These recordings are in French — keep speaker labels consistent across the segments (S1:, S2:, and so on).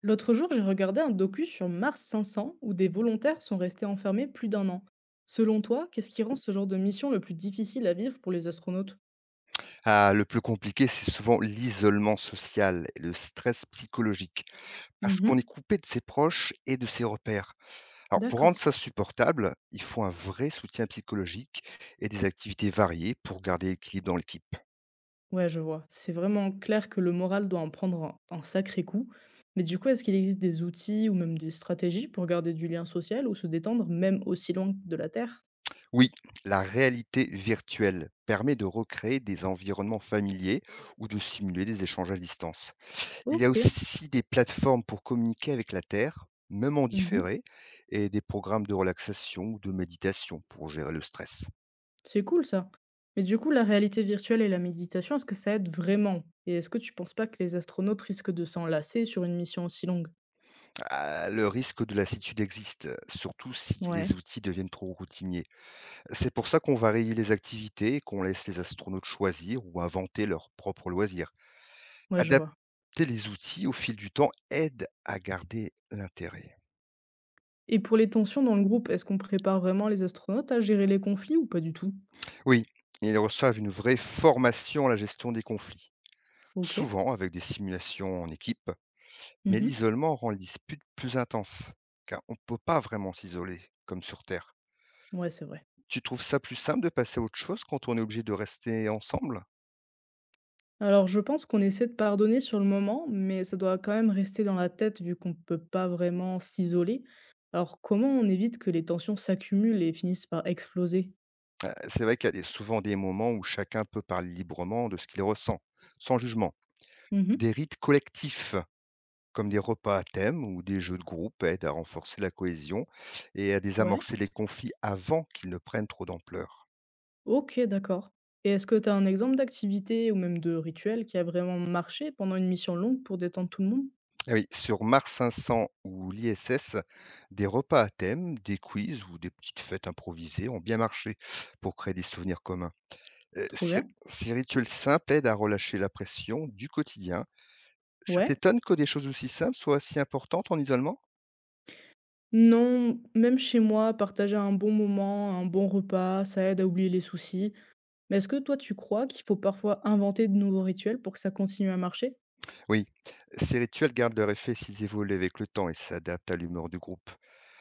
S1: L'autre jour, j'ai regardé un docu sur Mars 500 où des volontaires sont restés enfermés plus d'un an. Selon toi, qu'est-ce qui rend ce genre de mission le plus difficile à vivre pour les astronautes?
S2: Ah, le plus compliqué, c'est souvent l'isolement social et le stress psychologique, parce qu'on est
S1: Mhm.
S2: coupé de ses proches et de ses repères. Alors, pour rendre
S1: D'accord.
S2: ça supportable, il faut un vrai soutien psychologique et des activités variées pour garder l'équilibre dans l'équipe.
S1: Ouais, je vois. C'est vraiment clair que le moral doit en prendre un sacré coup. Mais du coup, est-ce qu'il existe des outils ou même des stratégies pour garder du lien social ou se détendre même aussi loin de la Terre?
S2: Oui, la réalité virtuelle permet de recréer des environnements familiers ou de simuler des échanges à distance. Il y a
S1: Ok.
S2: aussi des plateformes pour communiquer avec la Terre, même en
S1: Mhm.
S2: différé, et des programmes de relaxation ou de méditation pour gérer le stress.
S1: C'est cool ça. Mais du coup, la réalité virtuelle et la méditation, est-ce que ça aide vraiment? Et est-ce que tu penses pas que les astronautes risquent de s'en lasser sur une mission aussi longue?
S2: Ah, le risque de lassitude existe, surtout si les
S1: Ouais,
S2: outils deviennent trop routiniers. C'est pour ça qu'on varie les activités et qu'on laisse les astronautes choisir ou inventer leurs propres loisirs.
S1: moi je
S2: Adapter
S1: vois.
S2: les outils au fil du temps aide à garder l'intérêt.
S1: Et pour les tensions dans le groupe, est-ce qu'on prépare vraiment les astronautes à gérer les conflits ou pas du tout?
S2: Oui, ils reçoivent une vraie formation à la gestion des conflits,
S1: Ok.
S2: souvent avec des simulations en équipe, mais
S1: Mhm.
S2: l'isolement rend les disputes plus intenses, car on ne peut pas vraiment s'isoler, comme sur Terre.
S1: Ouais, c'est vrai.
S2: Tu trouves ça plus simple de passer à autre chose quand on est obligé de rester ensemble?
S1: Alors, je pense qu'on essaie de pardonner sur le moment, mais ça doit quand même rester dans la tête vu qu'on peut pas vraiment s'isoler. Alors, comment on évite que les tensions s'accumulent et finissent par exploser?
S2: C'est vrai qu'il y a des souvent des moments où chacun peut parler librement de ce qu'il ressent, sans jugement. Des
S1: Mhm.
S2: rites collectifs, comme des repas à thème ou des jeux de groupe aident à renforcer la cohésion et à
S1: Ouais.
S2: désamorcer les conflits avant qu'ils ne prennent trop d'ampleur.
S1: OK, d'accord. Et est-ce que tu as un exemple d'activité ou même de rituel qui a vraiment marché pendant une mission longue pour détendre tout le monde?
S2: Ah oui, sur Mars 500 ou l'ISS, des repas à thème, des quiz ou des petites fêtes improvisées ont bien marché pour créer des souvenirs communs. Heu,
S1: Trop
S2: ces
S1: bien.
S2: ces rituels simples aident à relâcher la pression du quotidien. Ça
S1: Ouais.
S2: t'étonne que des choses aussi simples soient si importantes en isolement?
S1: Non, même chez moi, partager un bon moment, un bon repas, ça aide à oublier les soucis. Mais est-ce que toi, tu crois qu'il faut parfois inventer de nouveaux rituels pour que ça continue à marcher?
S2: Oui, ces rituels gardent leur effet s'ils évoluent avec le temps et s'adaptent à l'humeur du groupe.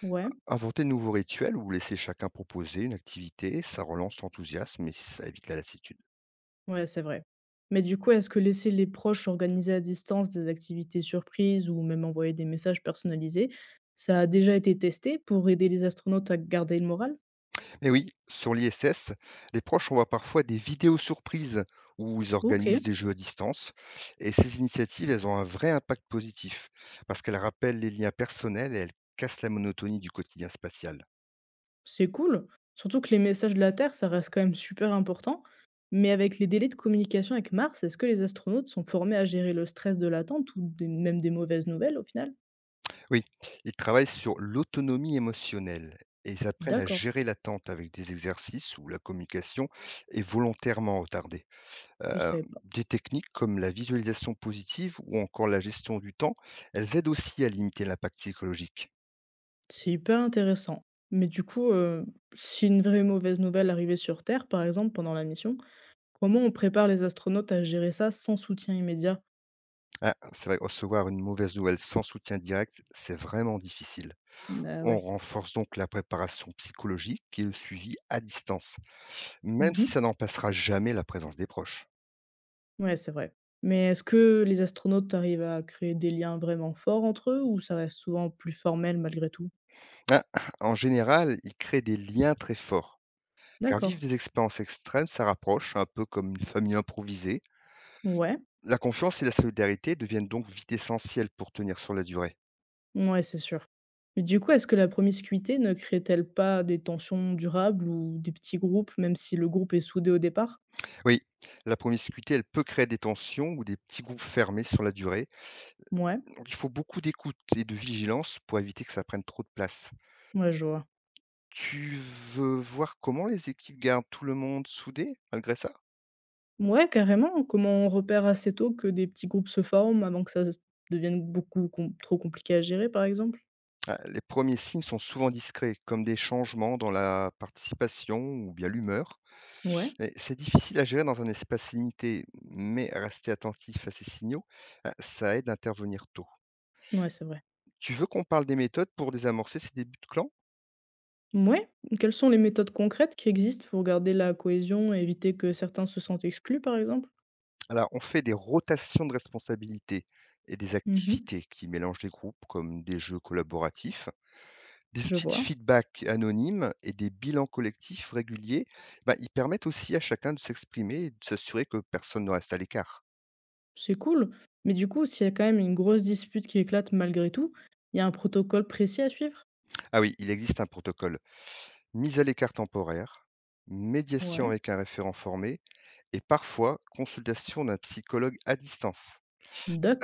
S1: Ouais,
S2: Inventer de nouveaux rituels ou laisser chacun proposer une activité, ça relance l'enthousiasme et ça évite la lassitude.
S1: ouais, c'est vrai. Mais du coup, est-ce que laisser les proches organiser à distance des activités surprises ou même envoyer des messages personnalisés, ça a déjà été testé pour aider les astronautes à garder le moral?
S2: Mais oui, sur l'ISS, les proches envoient parfois des vidéos surprises où ils
S1: Ok.
S2: organisent des jeux à distance. Et ces initiatives, elles ont un vrai impact positif parce qu'elles rappellent les liens personnels et elles cassent la monotonie du quotidien spatial.
S1: C'est cool, surtout que les messages de la Terre, ça reste quand même super important. Mais avec les délais de communication avec Mars, est-ce que les astronautes sont formés à gérer le stress de l'attente ou même des mauvaises nouvelles au final?
S2: Oui, ils travaillent sur l'autonomie émotionnelle et ils apprennent à
S1: D'accord,
S2: gérer l'attente avec des exercices où la communication est volontairement retardée.
S1: je
S2: Euh,
S1: savais pas.
S2: des techniques comme la visualisation positive ou encore la gestion du temps, elles aident aussi à limiter l'impact psychologique.
S1: C'est hyper intéressant. Mais du coup, si une vraie mauvaise nouvelle arrivait sur Terre, par exemple, pendant la mission, comment on prépare les astronautes à gérer ça sans soutien immédiat?
S2: Ah, c'est vrai, recevoir une mauvaise nouvelle sans soutien direct, c'est vraiment difficile.
S1: Bah
S2: On
S1: ouais.
S2: renforce donc la préparation psychologique et le suivi à distance, même si
S1: Mhm.
S2: ça n'en passera jamais la présence des proches.
S1: Ouais, c'est vrai. Mais est-ce que les astronautes arrivent à créer des liens vraiment forts entre eux ou ça reste souvent plus formel malgré tout?
S2: Ah, en général, ils créent des liens très forts. Car vivre
S1: D'accord.
S2: des expériences extrêmes, ça rapproche, un peu comme une famille improvisée.
S1: Ouais,
S2: La confiance et la solidarité deviennent donc vite essentielles pour tenir sur la durée.
S1: ouais, c'est sûr. Mais du coup, est-ce que la promiscuité ne crée-t-elle pas des tensions durables ou des petits groupes, même si le groupe est soudé au départ?
S2: Oui, la promiscuité, elle peut créer des tensions ou des petits groupes fermés sur la durée.
S1: Ouais,
S2: Donc il faut beaucoup d'écoute et de vigilance pour éviter que ça prenne trop de place.
S1: ouais, je vois.
S2: Tu veux voir comment les équipes gardent tout le monde soudé malgré ça?
S1: Ouais, carrément. Comment on repère assez tôt que des petits groupes se forment avant que devienne trop compliqué à gérer, par exemple?
S2: Ah, les premiers signes sont souvent discrets, comme des changements dans la participation ou bien l'humeur.
S1: Ouais,
S2: Mais c'est difficile à gérer dans un espace limité, mais rester attentif à ces signaux, ça aide à intervenir tôt.
S1: ouais, c'est vrai.
S2: Tu veux qu'on parle des méthodes pour désamorcer ces débuts de clan?
S1: Ouais, quelles sont les méthodes concrètes qui existent pour garder la cohésion et éviter que certains se sentent exclus, par exemple?
S2: Alors, on fait des rotations de responsabilités et des
S1: Mhm,
S2: activités qui mélangent les groupes, comme des jeux collaboratifs, des
S1: je
S2: outils de
S1: vois.
S2: feedback anonymes et des bilans collectifs réguliers. Ben, ils permettent aussi à chacun de s'exprimer et de s'assurer que personne ne reste à l'écart.
S1: C'est cool, mais du coup, s'il y a quand même une grosse dispute qui éclate malgré tout, il y a un protocole précis à suivre?
S2: Ah oui, il existe un protocole: mise à l'écart temporaire, médiation
S1: Ouais.
S2: avec un référent formé et parfois, consultation d'un psychologue à distance.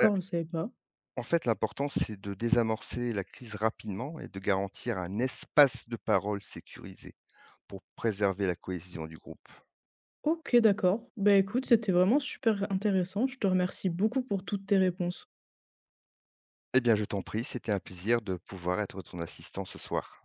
S2: Heu,
S1: je savais pas.
S2: En fait, l'important, c'est de désamorcer la crise rapidement et de garantir un espace de parole sécurisé pour préserver la cohésion du groupe.
S1: OK, d'accord. Bah, écoute, c'était vraiment super intéressant. Je te remercie beaucoup pour toutes tes réponses.
S2: Eh bien, je t'en prie, c'était un plaisir de pouvoir être ton assistant ce soir.